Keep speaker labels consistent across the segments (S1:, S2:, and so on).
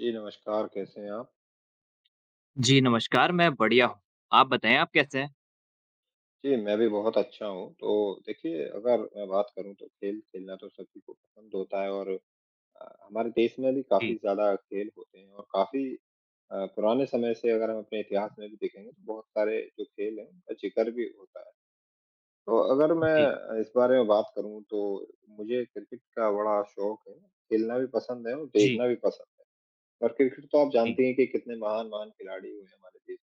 S1: जी, नमस्कार, कैसे हैं आप?
S2: जी, नमस्कार, मैं बढ़िया हूँ। आप बताएँ आप कैसे हैं?
S1: जी, मैं भी बहुत अच्छा हूँ। तो देखिए, अगर मैं बात करूँ तो खेल खेलना तो सभी को पसंद होता है और हमारे देश में भी
S2: जी,
S1: काफ़ी ज़्यादा खेल होते हैं और काफ़ी पुराने समय से अगर हम अपने इतिहास में भी देखेंगे तो बहुत सारे जो खेल हैं, उनका ज़िक्र भी होता है। तो अगर मैं
S2: जी,
S1: इस बारे में बात करूँ तो मुझे क्रिकेट का बड़ा शौक है, खेलना भी पसंद है और
S2: जी,
S1: देखना भी पसंद है। और क्रिकेट तो आप
S2: जी,
S1: जानती हैं कि कितने महान-महान खिलाड़ी हुए हैं हमारे देश।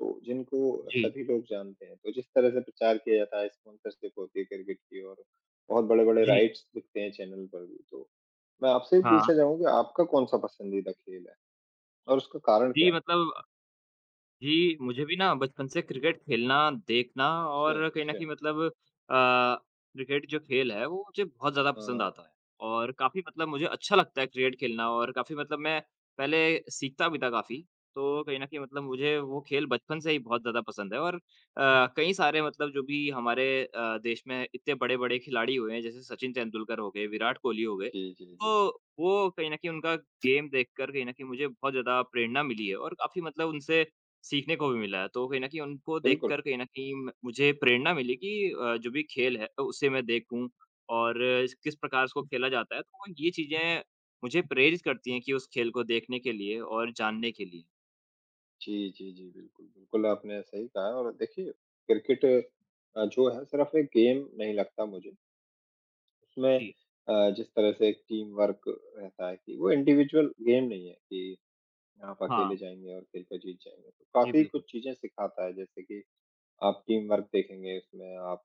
S1: तो जिनको
S2: जी,
S1: सभी लोग जानते हैं, तो जिस तरह से प्रचार किया जाता है स्पॉन्सरशिप होती है क्रिकेट की और बहुत बड़े-बड़े
S2: जी।
S1: राइट्स बिकते हैं चैनल पर भी। तो मैं आपसे भी
S2: हाँ,
S1: पूछना चाहूँगा कि आपका कौन-सा पसंदीदा खेल है और उसका कारण क्या
S2: जी
S1: है?
S2: मतलब जी, मुझे भी ना बचपन से क्रिकेट खेलना, देखना
S1: अच्छा,
S2: और कहीं न
S1: अच्छा।
S2: कहीं क्रिकेट जो खेल है वो मुझे बहुत ज़्यादा पसंद
S1: हाँ।
S2: आता है। और काफ़ी मतलब मुझे अच्छा
S1: जी,
S2: लगता है क्रिकेट खेलना और काफ़ी मतलब मैं पहले सीखता भी था काफ़ी। तो कहीं न कहीं मतलब
S1: जी।
S2: मुझे वो खेल बचपन से ही बहुत ज़्यादा पसंद है और कई सारे मतलब जो भी हमारे देश में इतने बड़े-बड़े खिलाड़ी हुए हैं जैसे सचिन तेंदुलकर हो गए, विराट कोहली हो गए।
S1: जी, जी, जी।
S2: तो वो कहीं न कहीं उनका गेम देखकर कहीं न कहीं मुझे बहुत ज़्यादा प्रेरणा मिली है और काफ़ी मतलब उनसे सीखने को भी मिला है, तो कहीं न कहीं उनको
S1: बिल्कुल।
S2: देखकर कहीं न कहीं म मुझे प्रेरणा मिली कि जो भी खेल है उसे मैं देखूँ और इस किस प्रकार उसको खेला जाता है, तो ये चीज़ें मुझे प्रेरित करती हैं कि उस खेल को देखने के लिए और जानने के लिए।
S1: जी, जी, जी, बिल्कुल, बिल्कुल आपने सही कहा है और देखिए क्रिकेट जो है सिर्फ़ एक गेम नहीं लगता मुझे। उसमें
S2: जी,
S1: जिस तरह से एक टीम वर्क रहता है कि वो इंडिविजुअल गेम नहीं है कि आप
S2: हाँ।
S1: अकेले जाएँगे और खेल कर जीत जाएँगे। तो
S2: जी,
S1: काफ़ी कुछ
S2: बिल्कुल।
S1: चीज़ें सिखाता है जैसे कि आप टीम वर्क देखेंगे इसमें आप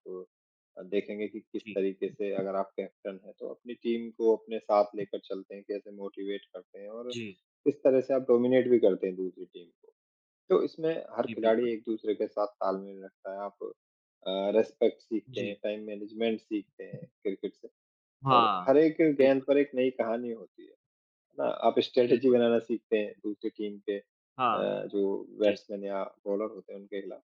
S1: देखेंगे कि किस
S2: जी,
S1: तरीके से अगर आप कैप्टन हैं तो अपनी टीम को अपने साथ लेकर चलते हैं, कैसे मोटिवेट करते हैं और
S2: जी,
S1: किस तरह से आप डोमिनेट भी करते हैं दूसरी टीम को। तो इसमें हर
S2: जी,
S1: खिलाड़ी
S2: बिल्कुल।
S1: एक-दूसरे के साथ तालमेल रखता है। आप रिस्पेक्ट सीखते हैं,
S2: जी,
S1: टाइम मैनेजमेंट सीखते हैं क्रिकेट से और
S2: हाँ।
S1: हर एक गेंद
S2: बिल्कुल,
S1: पर एक नई कहानी होती है। ना? आप स्ट्रैटेजी
S2: बिल्कुल।
S1: बनाना सीखते हैं दूसरी टीम के
S2: हाँ,
S1: जो
S2: जी,
S1: बैट्समैन या बॉलर होते हैं उनके खिलाफ।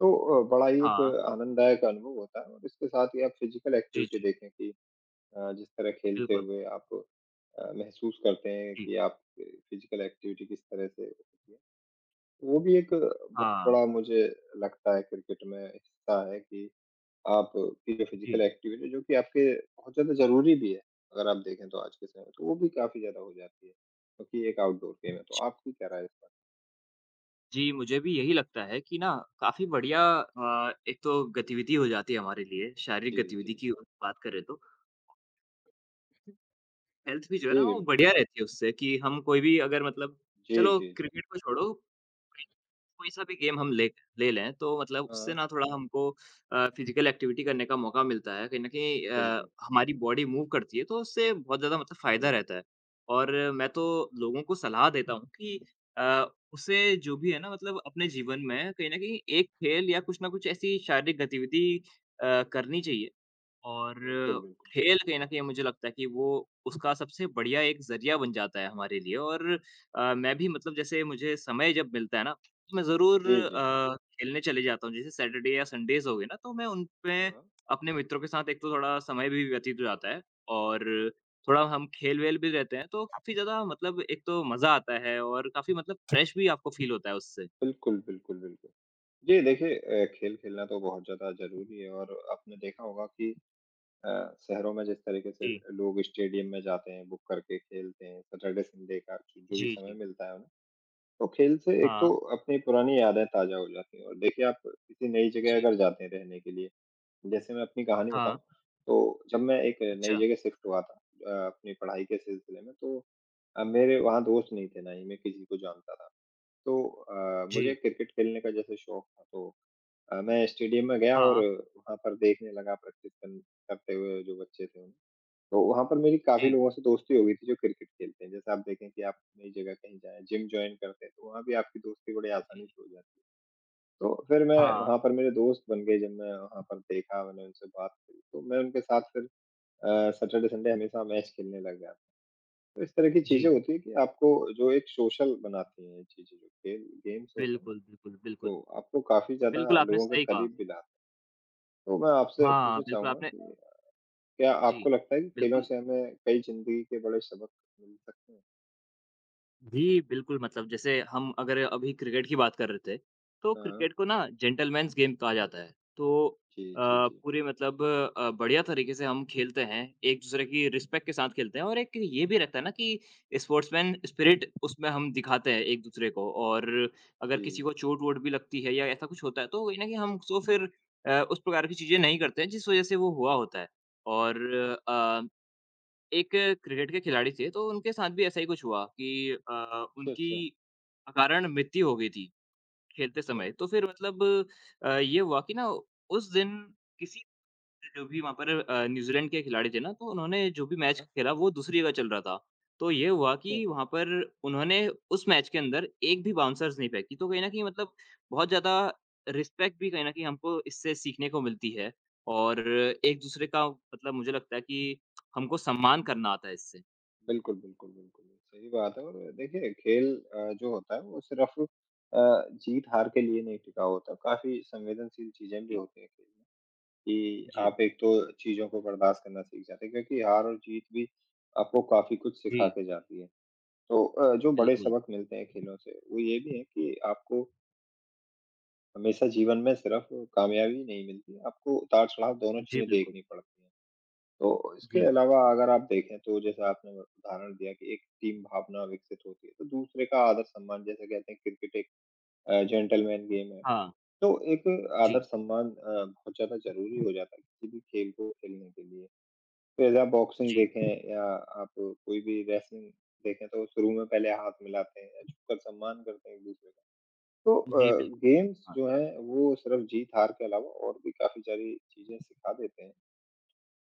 S1: तो बड़ा ही एक
S2: हाँ।
S1: आनंददायक अनुभव होता है और इसके साथ ही आप फिज़िकल
S2: जी,
S1: एक्टिविटी
S2: जी,
S1: देखें कि जिस तरह खेलते
S2: बिल्कुल।
S1: हुए आप महसूस करते हैं
S2: जी,
S1: कि आप फिज़िकल एक्टिविटी किस तरह से होती है। वो भी एक बहुत
S2: हाँ,
S1: बड़ा मुझे लगता है क्रिकेट में हिस्सा है कि आप की जो फिज़िकल
S2: जी।
S1: एक्टिविटी जो कि आपके बहुत ज़्यादा ज़रूरी भी है, अगर आप देखें तो आज के समय में, तो वो भी काफ़ी ज़्यादा हो जाती है, क्योंकि एक आउटडोर गेम है। तो आपकी क्या राय है इस पर?
S2: जी, मुझे भी यही लगता है कि ना काफ़ी बढ़िया एक तो गतिविधि हो जाती है हमारे लिए, शारीरिक
S1: जी, जी,
S2: गतिविधि की
S1: जी।
S2: बात करें तो। हेल्थ भी जो है ना
S1: जी,
S2: वो
S1: बिल्कुल।
S2: बढ़िया रहती है उससे कि हम कोई भी अगर मतलब
S1: जी,
S2: चलो
S1: जी, जी।
S2: क्रिकेट को छोड़ो कोई सा भी गेम हम ले ले लें तो मतलब उससे
S1: हाँ,
S2: ना थोड़ा हमको फिज़िकल एक्टिविटी करने का मौका मिलता है। कहीं न कहीं
S1: बिल्कुल।
S2: हमारी बॉडी मूव करती है तो उससे बहुत ज़्यादा मतलब फ़ायदा
S1: जी,
S2: रहता है। और मैं तो लोगों को सलाह देता हूँ कि अ, उसे जो भी है ना मतलब अपने जीवन में कहीं न कहीं एक खेल या कुछ ना कुछ ऐसी शारीरिक गतिविधि करनी चाहिए। और
S1: बिल्कुल, बिल्कुल।
S2: खेल कहीं न कहीं मुझे लगता है कि वो उसका सबसे बढ़िया एक ज़रिया बन जाता है हमारे लिए और मैं भी मतलब जैसे मुझे समय जब मिलता है ना, तो मैं ज़रूर
S1: जी, जी।
S2: खेलने चले जाता हूँ। जैसे सैटरडे या संडेज़ हो गए ना, तो मैं उनपे
S1: हाँ,
S2: अपने मित्रों के साथ एक तो थोड़ा समय भी व्यतीत हो जाता है और थोड़ा हम खेल-वेल भी रहते हैं, तो काफ़ी ज़्यादा मतलब एक तो मज़ा आता है और काफ़ी मतलब फ्रेश भी आपको फ़ील होता है उससे।
S1: बिल्कुल, बिल्कुल, बिल्कुल। जी, देखिए खेल खेलना तो बहुत ज़्यादा ज़रूरी है और आपने देखा होगा कि अ, शहरों में जिस तरीके से
S2: जी,
S1: लोग स्टेडियम में जाते हैं, बुक करके खेलते हैं, सैटरडे संडे का जो भी
S2: जी,
S1: समय
S2: जी।
S1: मिलता है उन्हें। तो खेल से एक
S2: हाँ,
S1: तो अपनी पुरानी यादें ताज़ा हो जाती हैं और देखिए आप किसी नई जगह
S2: जी।
S1: अगर जाते हैं रहने के लिए, जैसे मैं अपनी कहानी बताऊँ,
S2: हाँ,
S1: तो जब जी। मैं एक नई
S2: अच्छा।
S1: जगह शिफ्ट हुआ था अपनी पढ़ाई के सिलसिले में तो मेरे वहाँ दोस्त नहीं थे, ना ही मैं किसी को जानता था। तो
S2: जी।
S1: मुझे क्रिकेट खेलने का जैसे शौक था तो मैं स्टेडियम में गया और
S2: हाँ,
S1: वहाँ पर देखने लगा प्रैक्टिस कर करते हुए जो बच्चे थे उन्हें। तो वहाँ पर मेरी काफ़ी
S2: जी,
S1: लोगों से दोस्ती हो गई थी जो क्रिकेट खेलते हैं। जैसे आप देखें कि आप नई जगह कहीं जाएँ, जिम जॉइन करते हैं, तो वहाँ भी आपकी दोस्ती बड़ी
S2: जी,
S1: आसानी
S2: जी,
S1: से हो जाती है। तो फिर मैं
S2: हाँ।
S1: वहाँ पर मेरे दोस्त बन गए जब मैं वहाँ पर देखा, मैंने उनसे बात करी, तो मैं उनके साथ फिर सैटरडे संडे हमेशा मैच खेलने लग गया। तो इस तरह की चीज़ें
S2: जी,
S1: होती हैं कि आपको जो एक सोशल बनाती हैं ये चीज़ें जो खेल गेम्स होते हैं ना,
S2: बिल्कुल, बिल्कुल, बिल्कुल।
S1: तो आपको काफ़ी ज़्यादा
S2: बिल्कुल, आपने
S1: लोगों के
S2: सही कहा।
S1: करीब भी लाते हैं। तो मैं आपसे
S2: हाँ,
S1: पूछना
S2: बिल्कुल
S1: चाहूँगा
S2: आपने
S1: कि क्या
S2: जी,
S1: आपको लगता है कि खेलों
S2: बिल्कुल
S1: से हमें कई ज़िंदगी के बड़े सबक मिल सकते हैं?
S2: जी, बिल्कुल मतलब जैसे हम अगर अभी क्रिकेट की बात कर रहे थे, तो
S1: हाँ,
S2: क्रिकेट को ना जेंटलमैन्स गेम कहा जाता है। तो
S1: जी,
S2: अ,
S1: जी, जी।
S2: पूरे मतलब बढ़िया तरीके से हम खेलते हैं, एक-दूसरे की
S1: हुँ,
S2: रिस्पेक्ट के साथ खेलते हैं और एक ये भी रहता है ना कि स्पोर्ट्समैन स्पिरिट उसमें हम दिखाते हैं एक-दूसरे को और अगर किसी
S1: जी।
S2: को चोट-वोट भी लगती है या ऐसा कुछ होता है, तो वही ना कि हम उसको फिर उस प्रकार की चीज़ें नहीं करते हैं जिस वज़ह से वो हुआ होता है। और अ एक क्रिकेट के खिलाड़ी थे, तो उनके साथ भी ऐसा ही कुछ हुआ कि
S1: अच्छा,
S2: उनकी
S1: अच्छा,
S2: अकारण मृत्यु हो गई थी, खेलते
S1: अच्छा।
S2: समय। तो फिर ये हुआ कि ना उस दिन किसी जो भी वहाँ पर न्यूज़ीलैंड के खिलाड़ी थे ना, तो उन्होंने जो भी मैच
S1: हाँ,
S2: खेला वो दूसरी जगह चल रहा था। तो ये हुआ
S1: अच्छा।
S2: कि वहाँ पर उन्होंने उस मैच के अंदर एक भी बाउंसर्स नहीं फेंकी। तो कहीं न कहीं मतलब बहुत ज़्यादा रिस्पेक्ट भी कहीं न कहीं हमको इससे सीखने को मिलती है और एक-दूसरे का मतलब मुझे लगता है कि हमको सम्मान करना आता है इससे।
S1: बिल्कुल, बिल्कुल, बिल्कुल, सही बात है और देखिए खेल जो होता है वो सिर्फ़ जीत-हार के लिए नहीं टिका होता, काफ़ी संवेदनशील चीज़ें भी
S2: जी,
S1: होती हैं खेल में, कि
S2: जी,
S1: आप एक तो चीज़ों को बर्दाश्त करना सीख जाते हैं क्योंकि हार और जीत भी आपको काफ़ी कुछ सिखा
S2: जी,
S1: के जाती है। तो जो बड़े
S2: बिल्कुल।
S1: सबक मिलते हैं खेलों से, वो ये भी है कि आपको हमेशा जीवन में सिर्फ कामयाबी नहीं मिलती, आपको उतार-चढ़ाव दोनों
S2: जी,
S1: चीज़ें
S2: बिल्कुल।
S1: देखनी पड़ती हैं। तो इसके
S2: जी,
S1: अलावा अगर आप देखें तो जैसे आपने उदाहरण दिया कि एक टीम भावना विकसित होती है, तो दूसरे का आदर-सम्मान जैसे कहते हैं क्रिकेट एक जेंटलमैन गेम है।
S2: हाँ।
S1: तो एक
S2: जी,
S1: आदर-सम्मान बहुत ज़्यादा ज़रूरी हो जाता है किसी भी खेल को खेलने के लिए। तो जैसे आप बॉक्सिंग
S2: जी,
S1: देखें या आप कोई भी रेसलिंग देखें तो शुरू में पहले हाथ मिलाते हैं, झुककर सम्मान करते हैं एक-दूसरे का। तो
S2: जी, बिल्कुल।
S1: गेम्स
S2: हाँ,
S1: जो हैं वो सिर्फ जीत-हार के अलावा और भी काफ़ी सारी चीज़ें सिखा देते हैं।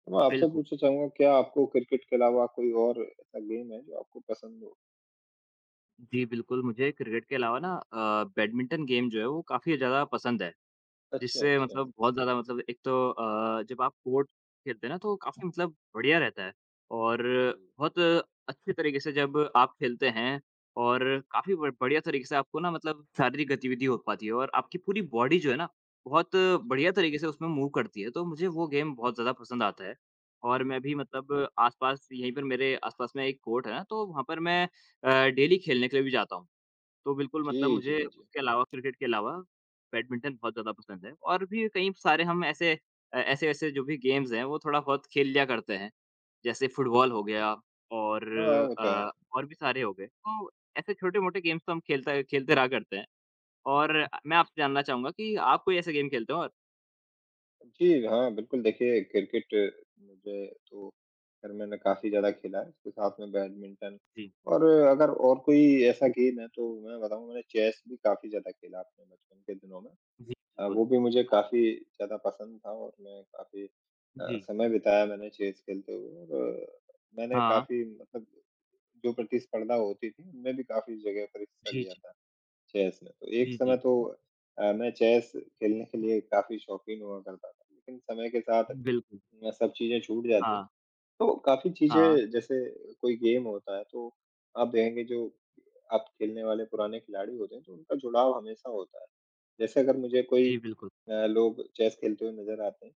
S1: तो मैं आपसे
S2: बिल्कुल।
S1: पूछना चाहूँगा क्या आपको क्रिकेट के अलावा कोई और ऐसा गेम है जो आपको पसंद हो?
S2: जी, बिल्कुल, मुझे क्रिकेट के अलावा ना बैडमिंटन गेम जो है वो काफ़ी ज़्यादा पसंद है।
S1: अच्छा,
S2: जिससे
S1: अच्छा।
S2: मतलब बहुत ज़्यादा मतलब एक तो जब आप पोर्ट खेलते हैं ना तो काफ़ी मतलब बढ़िया रहता है और
S1: जी,
S2: बहुत अच्छे तरीके से जब आप खेलते हैं और काफ़ी ब बढ़िया तरीके से आपको ना मतलब शारीरिक गतिविधि हो पाती है और आपकी पूरी बॉडी जो है ना, बहुत
S1: जी,
S2: बढ़िया तरीके से उसमें मूव करती है, तो मुझे वो गेम बहुत ज़्यादा पसंद आता है। और
S1: जी,
S2: मैं भी
S1: बिल्कुल।
S2: मतलब आस-पास यहीं पर मेरे आस-पास में एक कोर्ट है, ना, तो वहाँ पर मैं डेली खेलने के लिए भी जाता हूँ। तो बिल्कुल मतलब
S1: जी, जी,
S2: मुझे
S1: जी।
S2: उसके अलावा क्रिकेट के अलावा बैडमिंटन बहुत ज़्यादा पसंद है और भी कई सारे हम ऐसे ऐसे-ऐसे जो भी गेम्स हैं, वो थोड़ा बहुत खेल लिया करते हैं। जैसे
S1: जी।
S2: फुटबॉल हो गया और
S1: हाँ, वो तो है।
S2: अ, और भी सारे हो गए। तो ऐसे छोटे-मोटे गेम्स तो हम खेलता खेलते रहा करते हैं और मैं आपसे जानना चाहूँगा कि आप कोई ऐसे गेम खेलते हो? और
S1: जी, हाँ, बिल्कुल देखिए क्रिकेट मुझे तो खैर मैंने काफ़ी ज़्यादा खेला है, उसके साथ में बैडमिंटन
S2: जी,
S1: और अगर और कोई ऐसा गेम है तो मैं बताऊँ मैंने चेस भी काफ़ी ज़्यादा खेला अपने बचपन के दिनों में।
S2: जी, बिल्कुल।
S1: वो भी मुझे
S2: हाँ,
S1: काफ़ी ज़्यादा पसंद था और मैं काफ़ी
S2: जी,
S1: समय बिताया मैंने चेस खेलते हुए और मैंने
S2: हाँ,
S1: काफ़ी मतलब जो प्रतिस्पर्धा होती थी, उनमें भी काफ़ी जगह पर हिस्सा
S2: जी,
S1: लिया
S2: जी,
S1: था चेस में। तो एक
S2: जी,
S1: समय
S2: जी,
S1: तो मैं चेस खेलने के लिए काफ़ी शौकीन हुआ करता था, लेकिन समय के साथ
S2: बिल्कुल,
S1: सब चीज़ें छूट जाती हैं।
S2: हाँ,
S1: तो काफ़ी
S2: हाँ,
S1: चीज़ें जैसे कोई गेम होता है, तो आप देखेंगे जो आप खेलने वाले पुराने खिलाड़ी होते हैं, तो उनका जुड़ाव हमेशा होता है। जैसे अगर मुझे कोई
S2: जी, बिल्कुल,
S1: लोग चेस खेलते हुए नज़र आते हैं,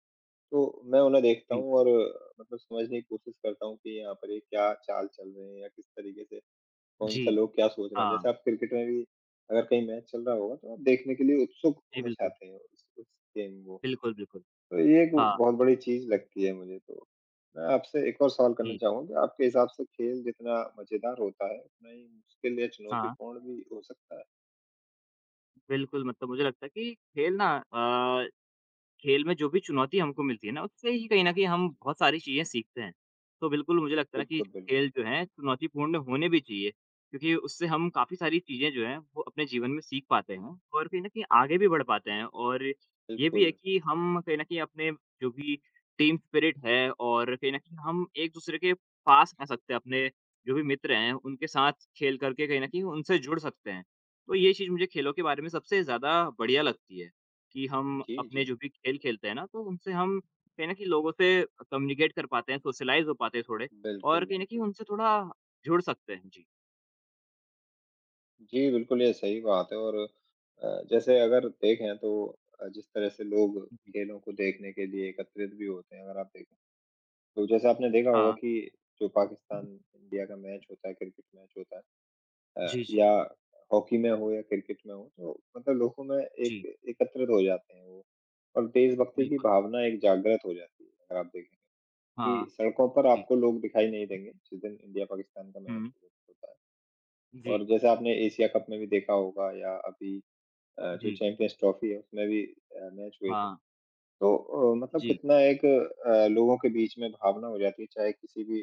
S1: तो मैं उन्हें देखता
S2: जी,
S1: हूँ और मतलब समझने की कोशिश करता हूँ कि यहाँ पर ये क्या चाल चल रहे हैं या किस तरीके से
S2: जी,
S1: कौन-सा लोग क्या सोच रहा है।
S2: हाँ,
S1: जैसे आप क्रिकेट में भी अगर कहीं मैच चल रहा होगा, तो आप देखने के लिए उत्सुक
S2: जी,
S1: हो
S2: बिल्कुल,
S1: जाते हैं उस गेम को।
S2: बिल्कुल, बिल्कुल,
S1: तो ये एक
S2: हाँ,
S1: बहुत बड़ी चीज़ लगती है मुझे तो। मैं आपसे एक और सवाल करना
S2: जी।
S1: चाहूँगा कि आपके हिसाब से खेल जितना मज़ेदार होता है, उतना ही मुश्किल या
S2: हाँ,
S1: चुनौतीपूर्ण भी हो सकता है?
S2: बिल्कुल मतलब मुझे लगता है कि खेल ना अ, खेल में जो भी चुनौती हमको मिलती है ना, उससे ही कहीं न कहीं हम
S1: जी,
S2: बहुत सारी चीज़ें सीखते हैं। तो बिल्कुल मुझे लगता है ना कि
S1: बिल्कुल, बिल्कुल।
S2: खेल जो हैं चुनौतीपूर्ण होने भी चाहिए, क्योंकि उससे हम काफ़ी सारी चीज़ें जो हैं वो अपने जीवन में सीख पाते हैं और कहीं न कहीं आगे भी बढ़ पाते हैं और ये भी है
S1: बिल्कुल।
S2: कि हम कहीं न कहीं अपने जो भी टीम स्पिरिट है और कहीं न कहीं हम एक-दूसरे के पास आ सकते हैं, अपने जो भी मित्र हैं उनके साथ खेल करके कहीं न कहीं उनसे जुड़ सकते हैं। तो ये चीज़ मुझे खेलों के बारे में सबसे ज़्यादा बढ़िया लगती है। कि हम
S1: जी,
S2: अपने
S1: जी।
S2: जो भी खेल खेलते हैं ना, तो उनसे हम कहीं न कहीं लोगों से कम्युनिकेट कर पाते हैं, सोशलाइज़ हो पाते हैं थोड़े और
S1: बिल्कुल,
S2: कहीं न कहीं
S1: बिल्कुल।
S2: उनसे थोड़ा जुड़ सकते हैं। जी।
S1: जी, बिल्कुल ये सही बात है और जैसे अगर देखें तो जिस तरह से लोग
S2: जी।
S1: खेलों को देखने के लिए एकत्रित भी होते हैं अगर आप देखें। तो जैसा आपने देखा होगा
S2: हाँ।
S1: कि जो पाकिस्तान इंडिया का मैच होता है, क्रिकेट मैच होता है
S2: जी, जी।
S1: या हॉकी में हो या क्रिकेट में हो तो मतलब लोगों में
S2: जी,
S1: एक एकत्रित हो जाते हैं वो और देशभक्ति की
S2: बिल्कुल।
S1: भावना एक जागृत हो जाती है अगर आप देखेंगे
S2: हाँ,
S1: कि सड़कों पर
S2: जी।
S1: आपको लोग दिखाई नहीं देंगे जिस दिन इंडिया-पाकिस्तान का मैच
S2: हुँ।
S1: होता है।
S2: जी,
S1: और जैसे आपने एशिया कप में भी देखा होगा या अभी जो
S2: जी।
S1: चैंपियंस ट्रॉफी है उसमें भी मैच हुए थे।
S2: हाँ,
S1: तो मतलब
S2: जी,
S1: कितना एक लोगों के बीच में भावना हो जाती है चाहे किसी भी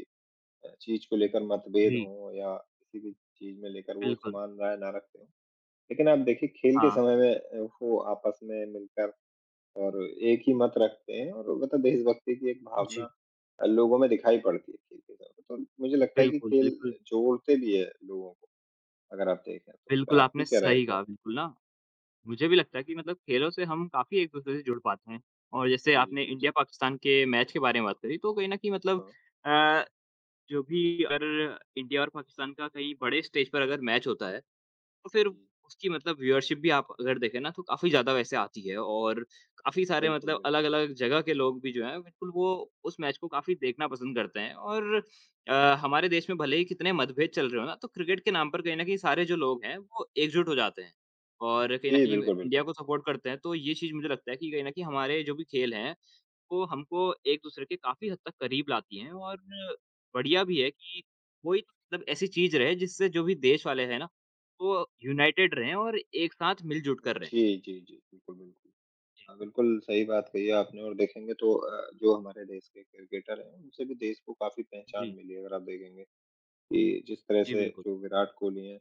S1: चीज़ को लेकर मतभेद
S2: जी,
S1: हो या किसी भी चीज़ में लेकर वो
S2: बिल्कुल।
S1: समान राय ना रखते हो। लेकिन आप देखिए खेल के
S2: हाँ,
S1: समय में वो आपस में मिलकर और एक ही मत रखते हैं और मतलब देशभक्ति की एक
S2: जी।
S1: भावना लोगों में दिखाई पड़ती है खेल के समय। तो मुझे लगता है कि
S2: बिल्कुल,
S1: खेल
S2: बिल्कुल,
S1: जोड़ते भी है लोगों को। अगर आप देखें तो फिर
S2: बिल्कुल
S1: आपकी
S2: आपने
S1: क्या राय है
S2: सही
S1: इस बारे
S2: कहा
S1: में?
S2: बिल्कुल ना। मुझे भी लगता है कि मतलब खेलों से हम काफ़ी एक-दूसरे से जुड़ पाते हैं और जैसे
S1: जी,
S2: आपने
S1: जी, जी।
S2: इंडिया-पाकिस्तान के मैच के बारे में बात करी, तो कहीं न कहीं
S1: हाँ,
S2: अ जो भी अगर इंडिया और पाकिस्तान का कहीं बड़े स्टेज पर अगर मैच होता है, तो फिर
S1: जी।
S2: उसकी मतलब व्यूअरशिप भी आप अगर देखें ना तो काफ़ी ज़्यादा वैसे आती है और काफ़ी सारे
S1: बिल्कुल,
S2: मतलब
S1: बिल्कुल।
S2: अलग-अलग जगह के लोग भी जो हैं बिल्कुल वो उस मैच को काफ़ी देखना पसंद करते हैं और हमारे देश में भले ही कितने मतभेद चल रहे हो ना, तो क्रिकेट के नाम पर कहीं न कहीं सारे जो लोग हैं वो एकजुट हो जाते हैं और कहीं न
S1: जी,
S2: कहीं
S1: बिल्कुल,
S2: इंडिया
S1: बिल्कुल।
S2: को सपोर्ट करते हैं। तो ये चीज़ मुझे लगता है कि कहीं न कहीं हमारे जो भी खेल हैं वो हमको एक-दूसरे के काफ़ी हद तक करीब लाती हैं और बढ़िया भी है कि कोई तो मतलब ऐसी चीज़ रहे जिससे जो भी देश वाले हैं ना, वो यूनाइटेड रहें और एक साथ मिल-जुट कर रहें।
S1: जी, जी, जी। बिल्कुल, बिल्कुल।
S2: जी,
S1: हाँ, बिल्कुल सही बात कही है आपने और देखेंगे तो जो हमारे देश के क्रिकेटर हैं, उनसे भी देश को काफ़ी पहचान
S2: जी,
S1: मिली है अगर आप देखेंगे कि जिस तरह
S2: जी,
S1: से
S2: बिल्कुल।
S1: जो विराट कोहली हैं,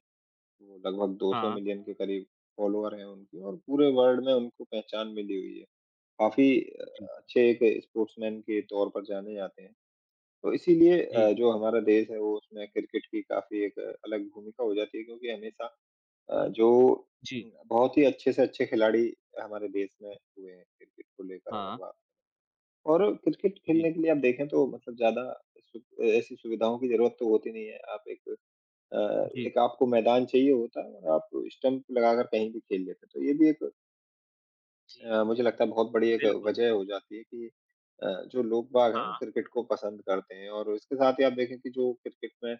S1: वो लगभग 200
S2: हाँ,
S1: मिलियन के करीब फॉलोवर हैं उनके और पूरे वर्ल्ड में उनको पहचान मिली हुई है। काफ़ी
S2: जी,
S1: अच्छे एक स्पोर्ट्समैन के तौर पर जाने जाते हैं। तो इसीलिए
S2: जी,
S1: जो हमारा देश है वो उसमें क्रिकेट की काफ़ी एक अलग भूमिका हो जाती है क्योंकि हमेशा अ, जो
S2: जी,
S1: बहुत ही अच्छे से अच्छे खिलाड़ी हमारे देश में हुए हैं क्रिकेट को लेकर अगर
S2: हाँ,
S1: बात और क्रिकेट
S2: जी,
S1: खेलने के लिए आप देखें तो मतलब ज़्यादा सु ऐसी सुविधाओं की ज़रूरत तो होती नहीं है। आप एक अ,
S2: जी,
S1: एक आपको मैदान चाहिए होता है और आप स्टंप लगाकर कहीं भी खेल लेते हैं। तो ये भी एक
S2: जी,
S1: मुझे लगता है बहुत बड़ी एक
S2: बिल्कुल,
S1: वजह हो जाती है कि जो लोग बाग हैं वो
S2: हाँ,
S1: क्रिकेट को पसंद करते हैं और इसके साथ ही आप देखें कि जो क्रिकेट में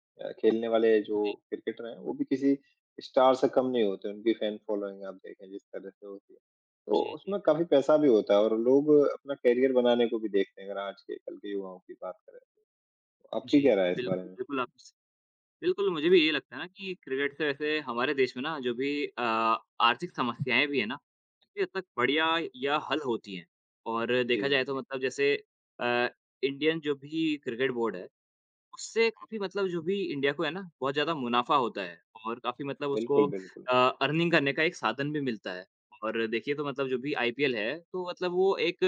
S1: खेलने वाले जो
S2: जी,
S1: क्रिकेटर हैं वो भी किसी स्टार से कम नहीं होते उनकी फैन फॉलोइंग आप देखें जिस तरह से होती है तो
S2: जी, जी,
S1: उसमें काफी
S2: बिल्कुल।
S1: पैसा भी होता है और लोग अपना करियर बनाने को भी देखते हैं अगर आज के कल के युवाओं की बात करें तो आपकी
S2: जी,
S1: क्या राय है इस बारे
S2: बिल्कुल,
S1: में।
S2: बिल्कुल आप बिल्कुल, मुझे भी यही लगता है ना कि क्रिकेट से वैसे
S1: हुँ।
S2: हमारे देश में ना जो भी आर्थिक समस्याएँ भी हैं ना, काफ़ी हद तक बढ़िया या हल होती हैं। और
S1: जी,
S2: देखा
S1: जी,
S2: जाए तो
S1: जी।
S2: मतलब जैसे अ, इंडियन जो भी क्रिकेट बोर्ड है, उससे काफ़ी मतलब जो भी इंडिया को है ना बहुत ज़्यादा मुनाफ़ा होता है और काफ़ी मतलब उसको
S1: बिल्कुल, बिल्कुल।
S2: अर्निंग करने का एक साधन भी मिलता है। और देखिए तो मतलब जो भी आईपीएल है तो मतलब वो एक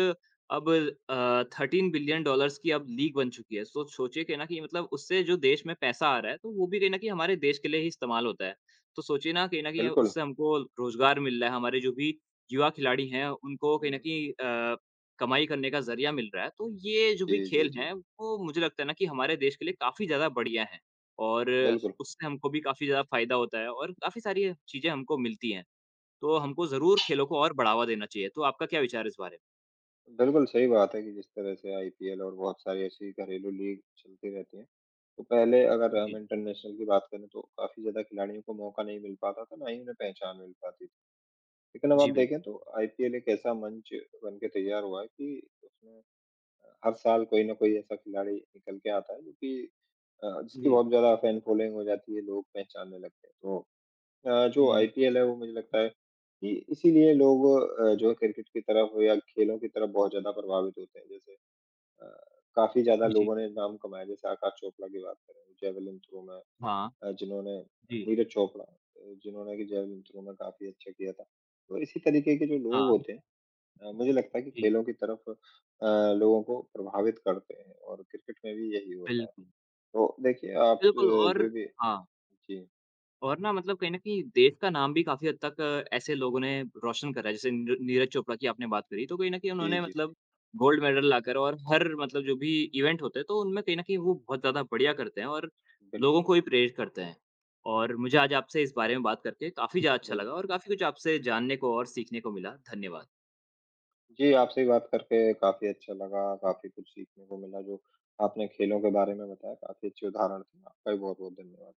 S2: अब 13 बिलियन डॉलर्स की अब लीग बन चुकी है। तो सोचिए कि ना कि मतलब उससे जो देश में पैसा आ रहा है तो वो भी कहीं न कहीं हमारे देश के लिए ही इस्तेमाल होता है। तो सोचिए ना कहीं न कहीं
S1: बिल्कुल।
S2: उससे हमको रोज़गार मिल रहा है, हमारे जो भी युवा खिलाड़ी हैं उनको कहीं न
S1: हुँ।
S2: कहीं कमाई करने का ज़रिया मिल रहा है, तो ये जो
S1: जी,
S2: भी
S1: जी,
S2: खेल
S1: जी।
S2: हैं, वो मुझे लगता है ना कि हमारे देश के लिए काफ़ी ज़्यादा बढ़िया हैं और
S1: बिल्कुल।
S2: उससे हमको भी काफ़ी ज़्यादा फ़ायदा होता है और काफ़ी सारी चीज़ें हमको मिलती हैं। तो हमको ज़रूर खेलों को और बढ़ावा देना चाहिए। तो आपका क्या विचार है इस बारे में?
S1: बिल्कुल, सही बात है कि जिस तरह से आईपीएल और बहुत सारी ऐसी घरेलू लीग चलती रहती हैं। तो पहले अगर हम
S2: जी,
S1: इंटरनेशनल की बात करें तो काफ़ी ज़्यादा खिलाड़ियों को मौका नहीं मिल पाता था, ना ही उन्हें पहचान मिल पाती थी। लेकिन अब आप
S2: जी, बिल्कुल।
S1: देखें तो आईपीएल एक ऐसा मंच बन के तैयार हुआ है कि उसमें हर साल कोई ना कोई ऐसा खिलाड़ी निकल के आता है जो कि जिसकी
S2: जी,
S1: बहुत ज़्यादा फैन फॉलोइंग हो जाती है, लोग पहचानने लगते हैं। तो जो
S2: हुँ,
S1: आईपीएल है वो मुझे लगता है कि इसीलिए लोग जो है क्रिकेट की तरफ या खेलों की तरफ बहुत ज़्यादा प्रभावित होते हैं। जैसे अ, काफ़ी ज़्यादा
S2: जी,
S1: लोगों ने नाम कमाया जैसे आकाश चोपड़ा की बात करें जेवलिन थ्रो में
S2: हाँ,
S1: जिन्होंने
S2: जी,
S1: नीरज चोपड़ा जिन्होंने कि जेवलिन थ्रो में काफ़ी अच्छा किया था। तो इसी तरीके के जो लोग
S2: हाँ,
S1: होते हैं मुझे लगता है कि
S2: जी,
S1: खेलों की तरफ लोगों को प्रभावित करते हैं और क्रिकेट में भी यही होता है।
S2: बिल्कुल,
S1: तो देखिए आप
S2: बिल्कुल और
S1: जो भी
S2: हाँ।
S1: जी,
S2: और ना मतलब कहीं न कहीं देश का नाम भी काफ़ी हद तक ऐसे लोगों ने रोशन करा है, जैसे नीरज चोपड़ा की आपने बात करी, तो कहीं न कहीं
S1: जी,
S2: उन्होंने
S1: जी, जी।
S2: मतलब गोल्ड मेडल लाकर और हर मतलब जो भी इवेंट होते हैं, तो उनमें कहीं न कहीं वो बहुत ज़्यादा बढ़िया करते हैं और लोगों
S1: बिल्कुल,
S2: को भी प्रेरित करते हैं। और मुझे आज आपसे इस बारे में बात करके काफ़ी ज़्यादा अच्छा लगा
S1: बिल्कुल।
S2: और काफ़ी कुछ आपसे जानने को और सीखने को मिला। धन्यवाद।
S1: जी, आपसे बात करके काफ़ी अच्छा लगा, काफ़ी कुछ सीखने को मिला जो आपने खेलों के बारे में बताया, काफ़ी अच्छे उदाहरण थे। आपका भी बहुत-बहुत धन्यवाद।